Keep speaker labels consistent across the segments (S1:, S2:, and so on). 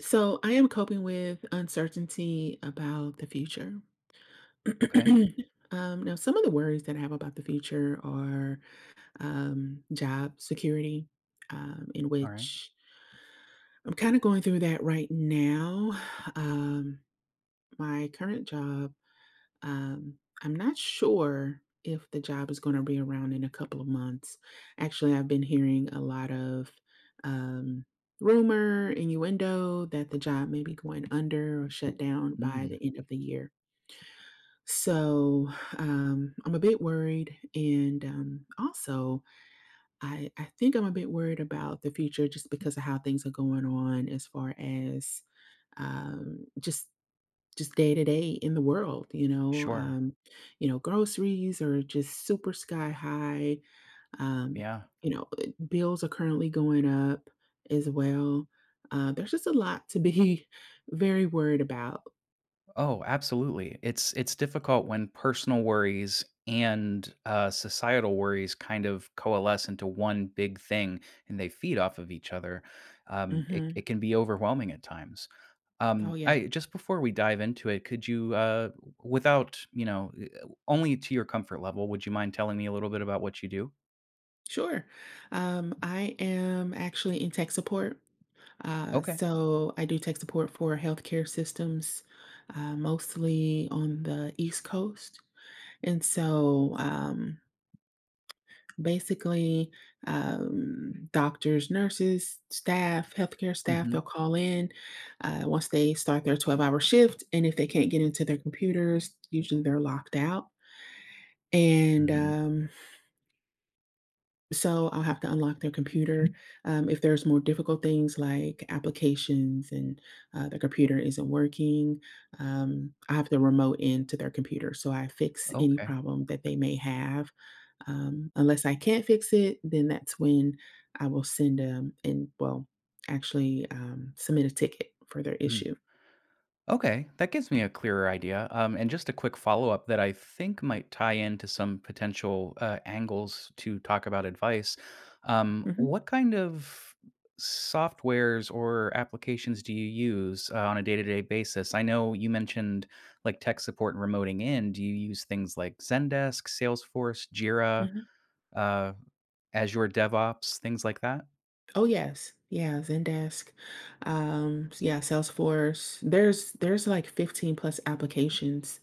S1: So I am coping with uncertainty about the future.
S2: Okay.
S1: Some of the worries that I have about the future are job security, in
S2: All right.
S1: which I'm kind of going through that right now. Um, my current job, I'm not sure if the job is going to be around in a couple of months. Actually, I've been hearing a lot of um, rumor, innuendo that the job may be going under or shut down by
S2: Mm,
S1: the end of the year. So I'm a bit worried, and also I think I'm a bit worried about the future just because of how things are going on as far as um, just just day to day in the world, you know,
S2: sure.
S1: um, you know, groceries are just super sky high. Um,
S2: Yeah.
S1: Bills are currently going up as well. There's just a lot to be very worried about.
S2: Oh, absolutely. It's difficult when personal worries and societal worries kind of coalesce into one big thing, and they feed off of each other. It
S1: Hmm.
S2: can be overwhelming at times.
S1: Oh yeah,
S2: I just before we dive into it, could you, without only to your comfort level, would you mind telling me a little bit about what you do?
S1: sure. I am actually in tech support. Uh,
S2: Okay.
S1: so I do tech support for healthcare systems, mostly on the East Coast. And so, um, Basically, doctors, nurses, staff, healthcare staff,
S2: Mm-hmm.
S1: they'll call in, once they start their 12-hour shift, and if they can't get into their computers, usually they're locked out, and,
S2: Mm-hmm.
S1: um so I'll have to unlock their computer. If there's more difficult things like applications and their computer isn't working, I have to remote into their computer. So I fix any
S2: Okay.
S1: problem that they may have. Unless I can't fix it, then that's when I will send them and, well, actually submit a ticket for their issue.
S2: Okay, that gives me a clearer idea. And just a quick follow up that I think might tie into some potential angles to talk about advice.
S1: Hmm.
S2: What kind of softwares or applications do you use on a day to day basis? I know you mentioned like tech support and remoting in. Do you use things like Zendesk, Salesforce, Jira,
S1: Hmm.
S2: uh, Azure DevOps, things like that?
S1: Oh yes, yeah, Zendesk, yeah, Salesforce. There's like 15 plus applications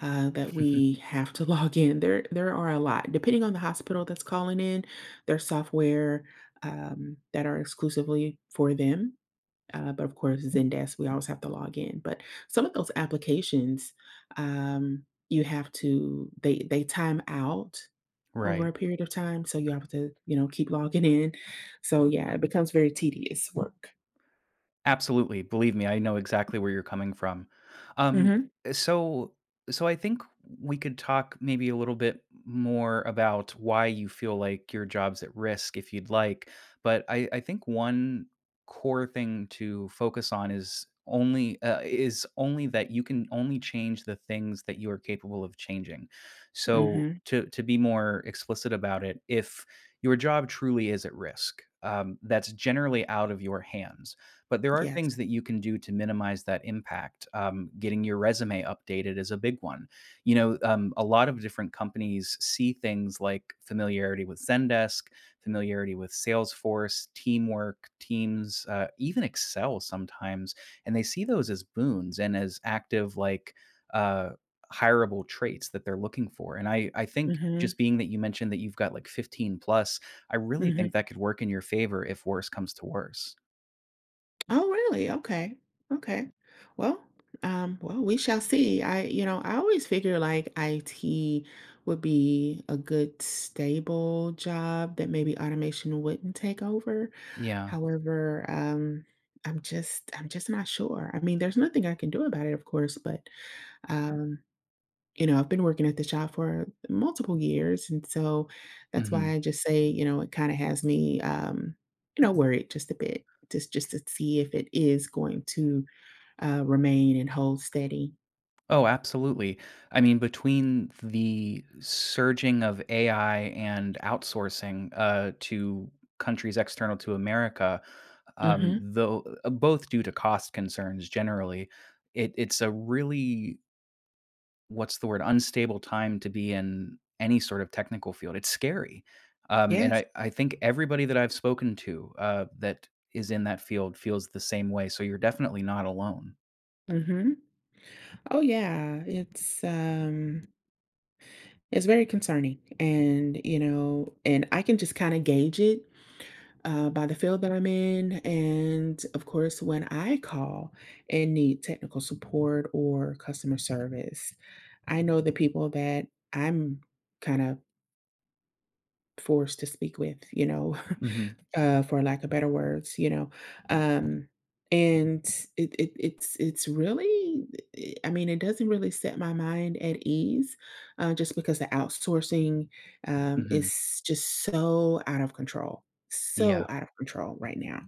S1: that we have to log in. There are a lot. Depending on the hospital that's calling in, there's software that are exclusively for them. But of course, Zendesk, we always have to log in. But some of those applications, um, you have to they time out over
S2: Right.
S1: a period of time, so you have to you know keep logging in. So yeah, it becomes very tedious work.
S2: Absolutely, believe me, I know exactly where you're coming from. Um,
S1: Hmm.
S2: so so I think we could talk maybe a little bit more about why you feel like your job's at risk if you'd like, but I think one core thing to focus on is only that you can only change the things that you are capable of changing. So
S1: Mm-hmm.
S2: to be more explicit about it, if your job truly is at risk, that's generally out of your hands, but there are
S1: Yes.
S2: things that you can do to minimize that impact. Getting your resume updated is a big one. You know, a lot of different companies see things like familiarity with Zendesk, familiarity with Salesforce, teamwork, Teams, even Excel sometimes, and they see those as boons and as active, like, uh, hireable traits that they're looking for. And I think
S1: Mm-hmm.
S2: just being that you mentioned that you've got like 15 plus, I really
S1: Mm-hmm.
S2: think that could work in your favor if worse comes to worse.
S1: Oh, really? Okay. Okay. Well, well, we shall see. I always figure like IT would be a good stable job that maybe automation wouldn't take over.
S2: Yeah.
S1: However, I'm just not sure. I mean, there's nothing I can do about it, of course, but um, I've been working at the shop for multiple years, and so that's why
S2: Mhm.
S1: I just say, you know, it kinda has me, worried just a bit, just to see if it is going to, remain and hold steady.
S2: Oh, absolutely. I mean, between the surging of AI and outsourcing to countries external to America,
S1: Mhm.
S2: though both due to cost concerns generally, it's a really what's the word unstable time to be in any sort of technical field. It's scary, and
S1: Yes.
S2: I think everybody that I've spoken to that is in that field feels the same way. So you're definitely not alone.
S1: Mhm. Oh, yeah. It's very concerning, and, you know, and I can just kinda gauge it by the field that I'm in. And of course, when I call and need technical support or customer service, I know the people that I'm kind of forced to speak with, you know,
S2: Hmm.
S1: for lack of better words, you know. Um, and it's really, I mean, it doesn't really set my mind at ease, just because the outsourcing
S2: Hmm.
S1: is just so out of control,
S2: Yeah.
S1: so out of control right now.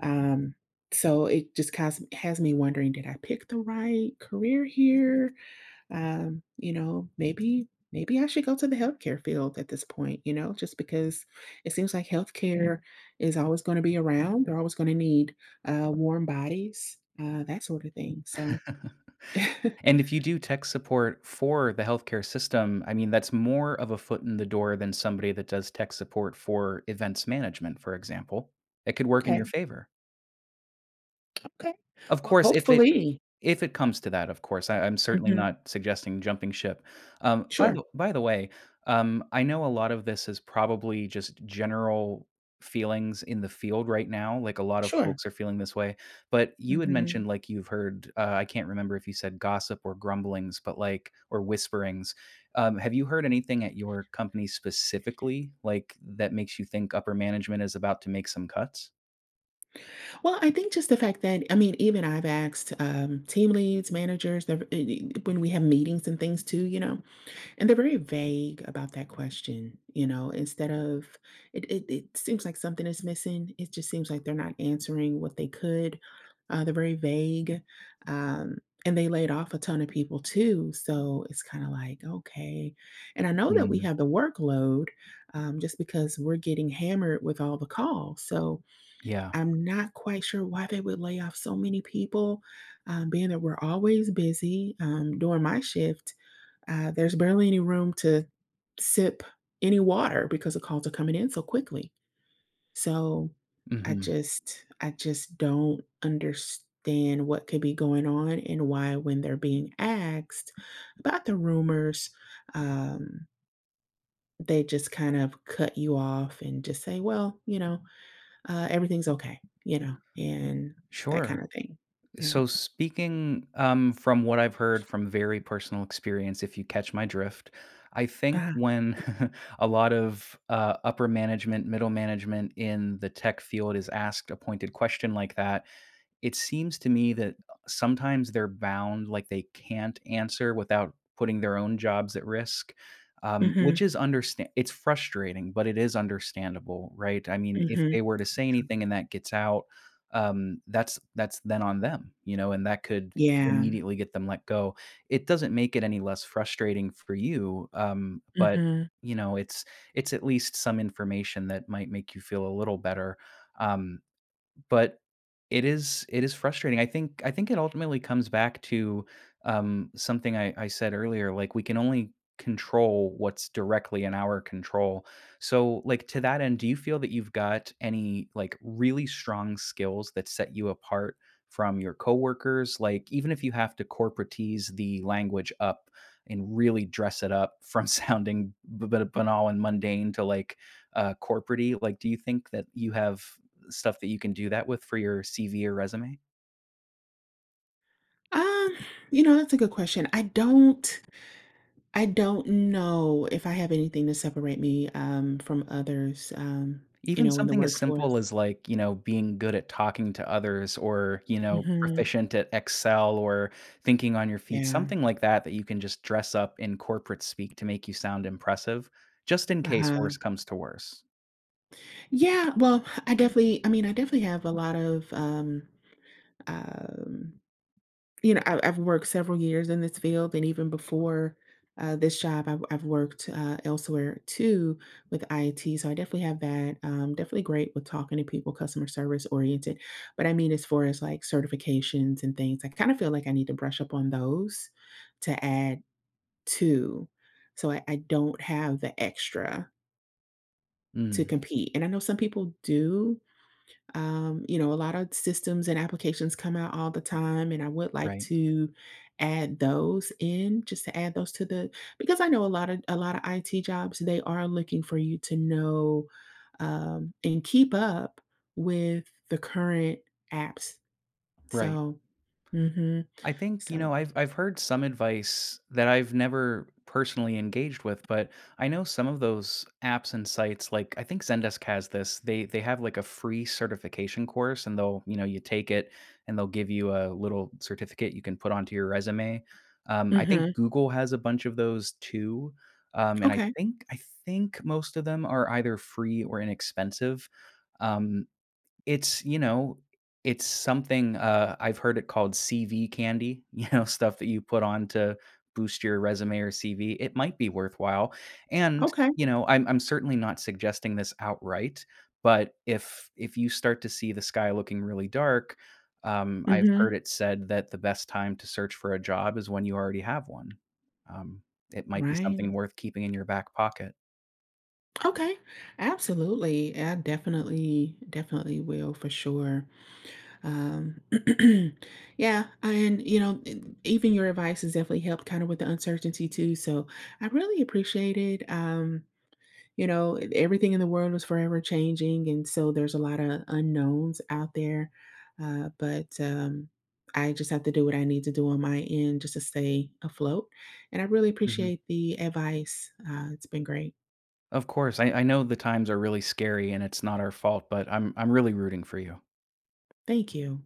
S1: Um, so it just has me wondering, did I pick the right career here? Maybe I should go to the healthcare field at this point, you know, just because it seems like healthcare is always going to be around. They're always going to need warm bodies, that sort of thing. So,
S2: And if you do tech support for the healthcare system, I mean, that's more of a foot in the door than somebody that does tech support for events management, for example. It could work in your
S1: okay,
S2: favor.
S1: okay.
S2: Of
S1: Well,
S2: course,
S1: hopefully.
S2: if it comes to that, of course, I'm certainly
S1: Hmm.
S2: not suggesting jumping ship. Um, by
S1: Sure,
S2: the by the way, I know a lot of this is probably just general feelings in the field right now, like, a lot of
S1: sure.
S2: folks are feeling this way, but you had
S1: Hmm.
S2: mentioned, like, you've heard, I can't remember if you said gossip or grumblings, but, like or whisperings. Have you heard anything at your company specifically, like, that makes you think upper management is about to make some cuts?
S1: Well, I think just the fact that, I mean, even I've asked team leads, managers, when we have meetings and things too, you know, and they're very vague about that question. You know, instead of it, it, It seems like something is missing. It just seems like they're not answering what they could. They're very vague, um, and they laid off a ton of people too. So it's kind of like okay, and I know that we
S2: Mm.
S1: have the workload just because we're getting hammered with all the calls. So
S2: Yeah.
S1: I'm not quite sure why they would lay off so many people, being that we're always busy. During my shift, there's barely any room to sip any water because the calls are coming in so quickly. So
S2: Mhm.
S1: I just don't understand what could be going on and why, when they're being asked about the rumors, um, they just kind of cut you off and just say, well, you know, everything's okay, you know, and that
S2: Sure.
S1: kinda thing. Yeah.
S2: So speaking from what I've heard from very personal experience, if you catch my drift, I think
S1: Uh-huh.
S2: when a lot of upper management, middle management in the tech field is asked a pointed question like that, it seems to me that sometimes they're bound, like they can't answer without putting their own jobs at risk,
S1: Mhm,
S2: which is understand it's frustrating, but it is understandable, right? I mean, if
S1: mhm.
S2: they were to say anything and that gets out, that's then on them, you know, and that could
S1: Yeah.
S2: immediately get them let go. It doesn't make it any less frustrating for you, but
S1: Mhm.
S2: you know, it's at least some information that might make you feel a little better. Um, but it is frustrating. I think it ultimately comes back to, something I said earlier, like, we can only control what's directly in our control. So, like, to that end, do you feel that you've got any, like, really strong skills that set you apart from your coworkers? Like, even if you have to corporatese the language up and really dress it up from sounding b b banal and mundane to, like, corporate like, do you think that you have stuff that you can do that with for your CV or resume.
S1: Um, that's a good question. I don't know if I have anything to separate me, from others, you
S2: Even
S1: know, in the
S2: something as simple
S1: workforce.
S2: as, like, you know, being good at talking to others or, you know,
S1: Mhm.
S2: proficient at Excel or thinking on your feet,
S1: Yeah.
S2: something like that that you can just dress up in corporate speak to make you sound impressive, just in case
S1: Uh-huh.
S2: worse comes to worse.
S1: Yeah, well, I definitely have a lot of, um you know, I've worked several years in this field, and even before, this job, I've worked, elsewhere too with IT, so I definitely have that. Definitely great with talking to people, customer service oriented, but I mean as far as, like, certifications and things, I kinda feel like I need to brush up on those to add to, so I don't have the extra to
S2: Mm,
S1: compete, and I know some people do, you know, a lot of systems and applications come out all the time, and I would like
S2: right,
S1: to add those in, just to add those to the, because I know a lot of IT jobs, they are looking for you to know and keep up with the current apps.
S2: right.
S1: So, mm mhm.
S2: I think, you
S1: So,
S2: know, I've heard some advice that I've never personally engaged with, but I know some of those apps and sites like I think Zendesk has this. They have like a free certification course and they'll, you know, you take it and they'll give you a little certificate you can put onto your resume.
S1: mm
S2: I think
S1: mhm.
S2: Google has a bunch of those too. Um, and I
S1: Okay.
S2: think I think most of them are either free or inexpensive. Um, it's, you know, it's something, I've heard it called CV candy, you know, stuff that you put on to boost your resume or CV. It might be worthwhile. And,
S1: Okay.
S2: you know, I'm certainly not suggesting this outright, but if you start to see the sky looking really dark,
S1: Mm.
S2: I've heard
S1: Mhm.
S2: it said that the best time to search for a job is when you already have one. Um, it might be something
S1: Right.
S2: worth keeping in your back pocket.
S1: Okay. Absolutely. I definitely definitely will for sure. Um, yeah, and you know, even your advice has definitely helped kind of with the uncertainty too. So I really appreciate it. Everything in the world was forever changing, and so there's a lot of unknowns out there. But I just have to do what I need to do on my end just to stay afloat. And I really
S2: Mm-hmm.
S1: appreciate the advice. It's been great.
S2: Of course, I know the times are really scary and it's not our fault, but I'm really rooting for you.
S1: Thank you.